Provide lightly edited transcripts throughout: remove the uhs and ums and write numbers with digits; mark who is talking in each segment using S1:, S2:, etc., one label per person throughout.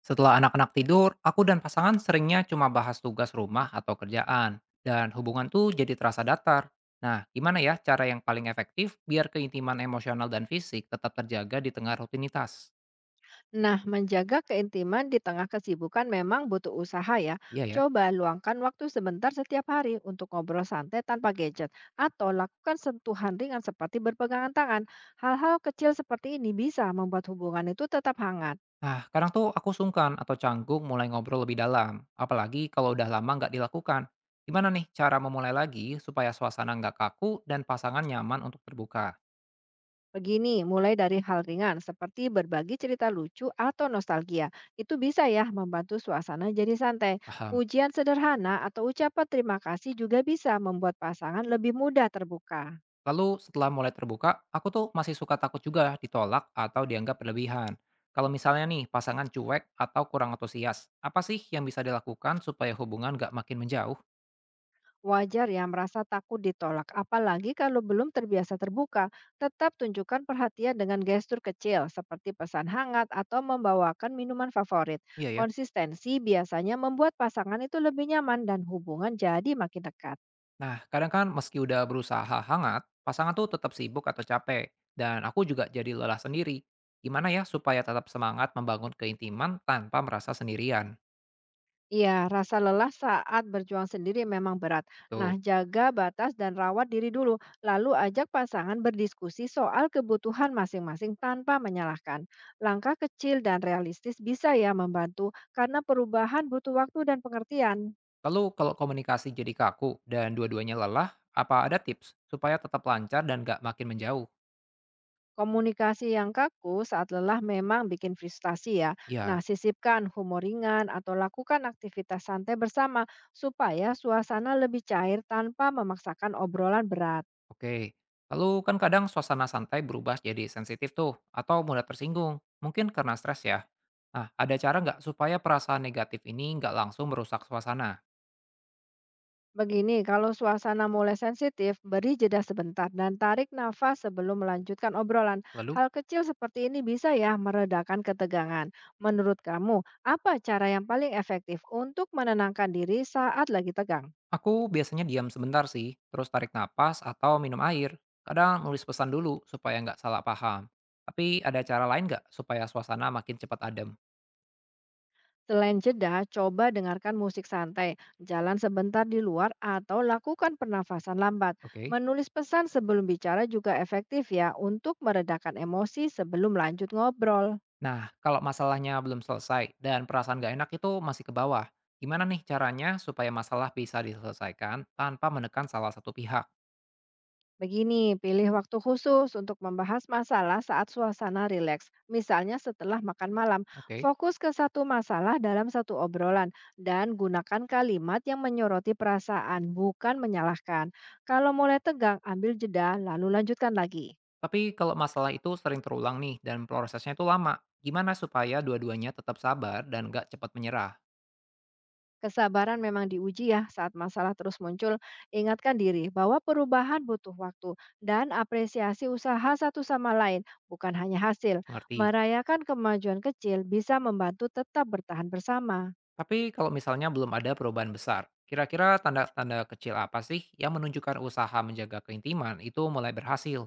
S1: Setelah anak-anak tidur, aku dan pasangan seringnya cuma bahas tugas rumah atau kerjaan, dan hubungan tuh jadi terasa datar. Nah, gimana ya cara yang paling efektif biar keintiman emosional dan fisik tetap terjaga di tengah rutinitas?
S2: Nah, menjaga keintiman di tengah kesibukan memang butuh usaha ya.
S1: Iya ya.
S2: Coba luangkan waktu sebentar setiap hari untuk ngobrol santai tanpa gadget atau lakukan sentuhan ringan seperti berpegangan tangan. Hal-hal kecil seperti ini bisa membuat hubungan itu tetap hangat.
S1: Nah, kadang tuh aku sungkan atau canggung mulai ngobrol lebih dalam, apalagi kalau udah lama nggak dilakukan. Gimana nih cara memulai lagi supaya suasana nggak kaku dan pasangan nyaman untuk terbuka?
S2: Begini, mulai dari hal ringan seperti berbagi cerita lucu atau nostalgia. Itu bisa ya membantu suasana jadi santai.
S1: Paham.
S2: Pujian sederhana atau ucapan terima kasih juga bisa membuat pasangan lebih mudah terbuka.
S1: Lalu setelah mulai terbuka, aku tuh masih suka takut juga ditolak atau dianggap berlebihan. Kalau misalnya nih pasangan cuek atau kurang antusias, apa sih yang bisa dilakukan supaya hubungan gak makin menjauh?
S2: Wajar ya merasa takut ditolak, apalagi kalau belum terbiasa terbuka. Tetap tunjukkan perhatian dengan gestur kecil seperti pesan hangat atau membawakan minuman favorit.
S1: Iya ya.
S2: Konsistensi biasanya membuat pasangan itu lebih nyaman dan hubungan jadi makin dekat.
S1: Nah, kadang kan meski udah berusaha hangat, pasangan tuh tetap sibuk atau capek. Dan aku juga jadi lelah sendiri. Gimana ya supaya tetap semangat membangun keintiman tanpa merasa sendirian?
S2: Iya, rasa lelah saat berjuang sendiri memang berat. Nah,
S1: Tuh.
S2: jaga batas dan rawat diri dulu, lalu ajak pasangan berdiskusi soal kebutuhan masing-masing tanpa menyalahkan. Langkah kecil dan realistis bisa ya membantu karena perubahan butuh waktu dan pengertian.
S1: Lalu kalau komunikasi jadi kaku dan dua-duanya lelah, apa ada tips supaya tetap lancar dan gak makin menjauh?
S2: Komunikasi yang kaku saat lelah memang bikin frustasi ya. Nah,
S1: Ya.
S2: sisipkan humor ringan atau lakukan aktivitas santai bersama supaya suasana lebih cair tanpa memaksakan obrolan berat.
S1: Oke, lalu kan kadang suasana santai berubah jadi sensitif tuh, atau mudah tersinggung, mungkin karena stres ya. Nah, ada cara nggak supaya perasaan negatif ini nggak langsung merusak suasana?
S2: Begini, kalau suasana mulai sensitif, beri jeda sebentar dan tarik nafas sebelum melanjutkan obrolan.
S1: Lalu,
S2: Hal kecil seperti ini bisa ya meredakan ketegangan. Menurut kamu, apa cara yang paling efektif untuk menenangkan diri saat lagi tegang?
S1: aku biasanya diam sebentar sih, terus tarik napas atau minum air. Kadang nulis pesan dulu supaya nggak salah paham. Tapi ada cara lain nggak supaya suasana makin cepat adem?
S2: Selain jeda, coba dengarkan musik santai, jalan sebentar di luar, atau lakukan pernafasan lambat.
S1: Oke.
S2: Menulis pesan sebelum bicara juga efektif ya untuk meredakan emosi sebelum lanjut ngobrol.
S1: Nah, kalau masalahnya belum selesai dan perasaan gak enak itu masih ke bawah, gimana nih caranya supaya masalah bisa diselesaikan tanpa menekan salah satu pihak?
S2: Begini, pilih waktu khusus untuk membahas masalah saat suasana rileks. Misalnya setelah makan malam,
S1: Oke.
S2: fokus ke satu masalah dalam satu obrolan dan gunakan kalimat yang menyoroti perasaan, bukan menyalahkan. Kalau mulai tegang, ambil jeda lalu lanjutkan lagi.
S1: Tapi kalau masalah itu sering terulang nih dan prosesnya itu lama, gimana supaya dua-duanya tetap sabar dan gak cepat menyerah?
S2: Kesabaran memang diuji ya saat masalah terus muncul. Ingatkan diri bahwa perubahan butuh waktu dan apresiasi usaha satu sama lain, bukan hanya hasil.
S1: Mengerti.
S2: Merayakan kemajuan kecil bisa membantu tetap bertahan bersama.
S1: Tapi kalau misalnya belum ada perubahan besar, kira-kira tanda-tanda kecil apa sih yang menunjukkan usaha menjaga keintiman itu mulai berhasil?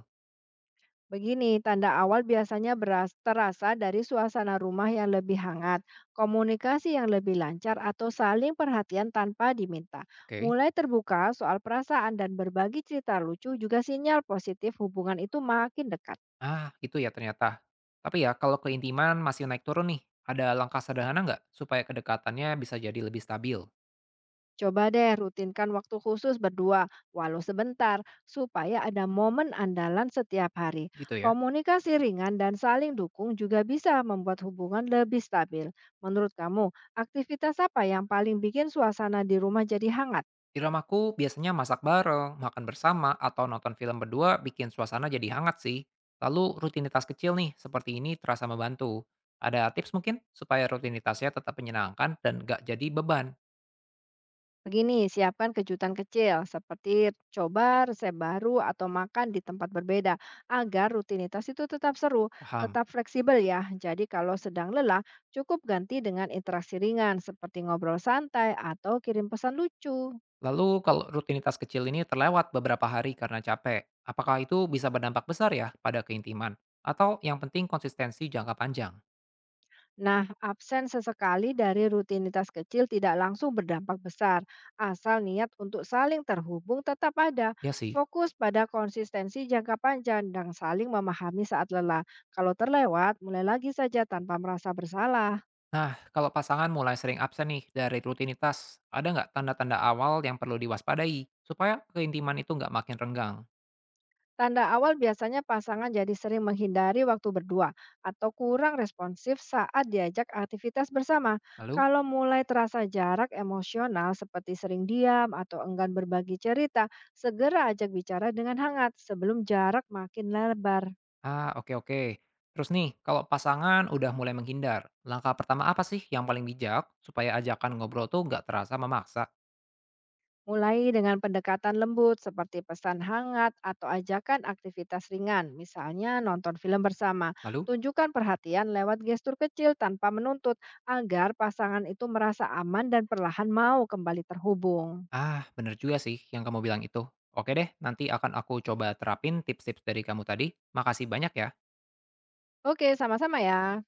S2: Begini, tanda awal biasanya beras, terasa dari suasana rumah yang lebih hangat, komunikasi yang lebih lancar, atau saling perhatian tanpa diminta.
S1: Oke.
S2: Mulai terbuka soal perasaan dan berbagi cerita lucu juga sinyal positif hubungan itu makin dekat.
S1: Ah, itu ya ternyata. Tapi ya, kalau keintiman masih naik turun nih, ada langkah sederhana nggak supaya kedekatannya bisa jadi lebih stabil?
S2: Coba deh rutinkan waktu khusus berdua, walau sebentar, supaya ada momen andalan setiap hari.
S1: Gitu ya.
S2: Komunikasi ringan dan saling dukung juga bisa membuat hubungan lebih stabil. Menurut kamu, aktivitas apa yang paling bikin suasana di rumah jadi hangat?
S1: Di rumahku biasanya masak bareng, makan bersama, atau nonton film berdua bikin suasana jadi hangat sih. Lalu rutinitas kecil nih, seperti ini terasa membantu. Ada tips mungkin supaya rutinitasnya tetap menyenangkan dan nggak jadi beban?
S2: Begini, siapkan kejutan kecil seperti coba resep baru atau makan di tempat berbeda agar rutinitas itu tetap seru,
S1: Paham.
S2: tetap fleksibel ya. Jadi kalau sedang lelah, cukup ganti dengan interaksi ringan seperti ngobrol santai atau kirim pesan lucu.
S1: Lalu kalau rutinitas kecil ini terlewat beberapa hari karena capek, apakah itu bisa berdampak besar ya pada keintiman? Atau yang penting konsistensi jangka panjang?
S2: Nah, absen sesekali dari rutinitas kecil tidak langsung berdampak besar, asal niat untuk saling terhubung tetap ada.
S1: Ya sih.
S2: Fokus pada konsistensi jangka panjang dan saling memahami saat lelah. Kalau terlewat, mulai lagi saja tanpa merasa bersalah.
S1: Nah, kalau pasangan mulai sering absen nih dari rutinitas, ada nggak tanda-tanda awal yang perlu diwaspadai supaya keintiman itu nggak makin renggang?
S2: Tanda awal biasanya pasangan jadi sering menghindari waktu berdua atau kurang responsif saat diajak aktivitas bersama.
S1: Lalu?
S2: Kalau mulai terasa jarak emosional seperti sering diam atau enggan berbagi cerita, segera ajak bicara dengan hangat sebelum jarak makin lebar.
S1: Ah, oke oke. Terus nih, kalau pasangan udah mulai menghindar, langkah pertama apa sih yang paling bijak supaya ajakan ngobrol tuh nggak terasa memaksa?
S2: Mulai dengan pendekatan lembut seperti pesan hangat atau ajakan aktivitas ringan, misalnya nonton film bersama.
S1: Lalu?
S2: Tunjukkan perhatian lewat gestur kecil tanpa menuntut agar pasangan itu merasa aman dan perlahan mau kembali terhubung.
S1: Ah, bener juga sih yang kamu bilang itu. Oke deh, nanti akan aku coba terapin tips-tips dari kamu tadi. Makasih banyak ya.
S2: Oke, sama-sama ya.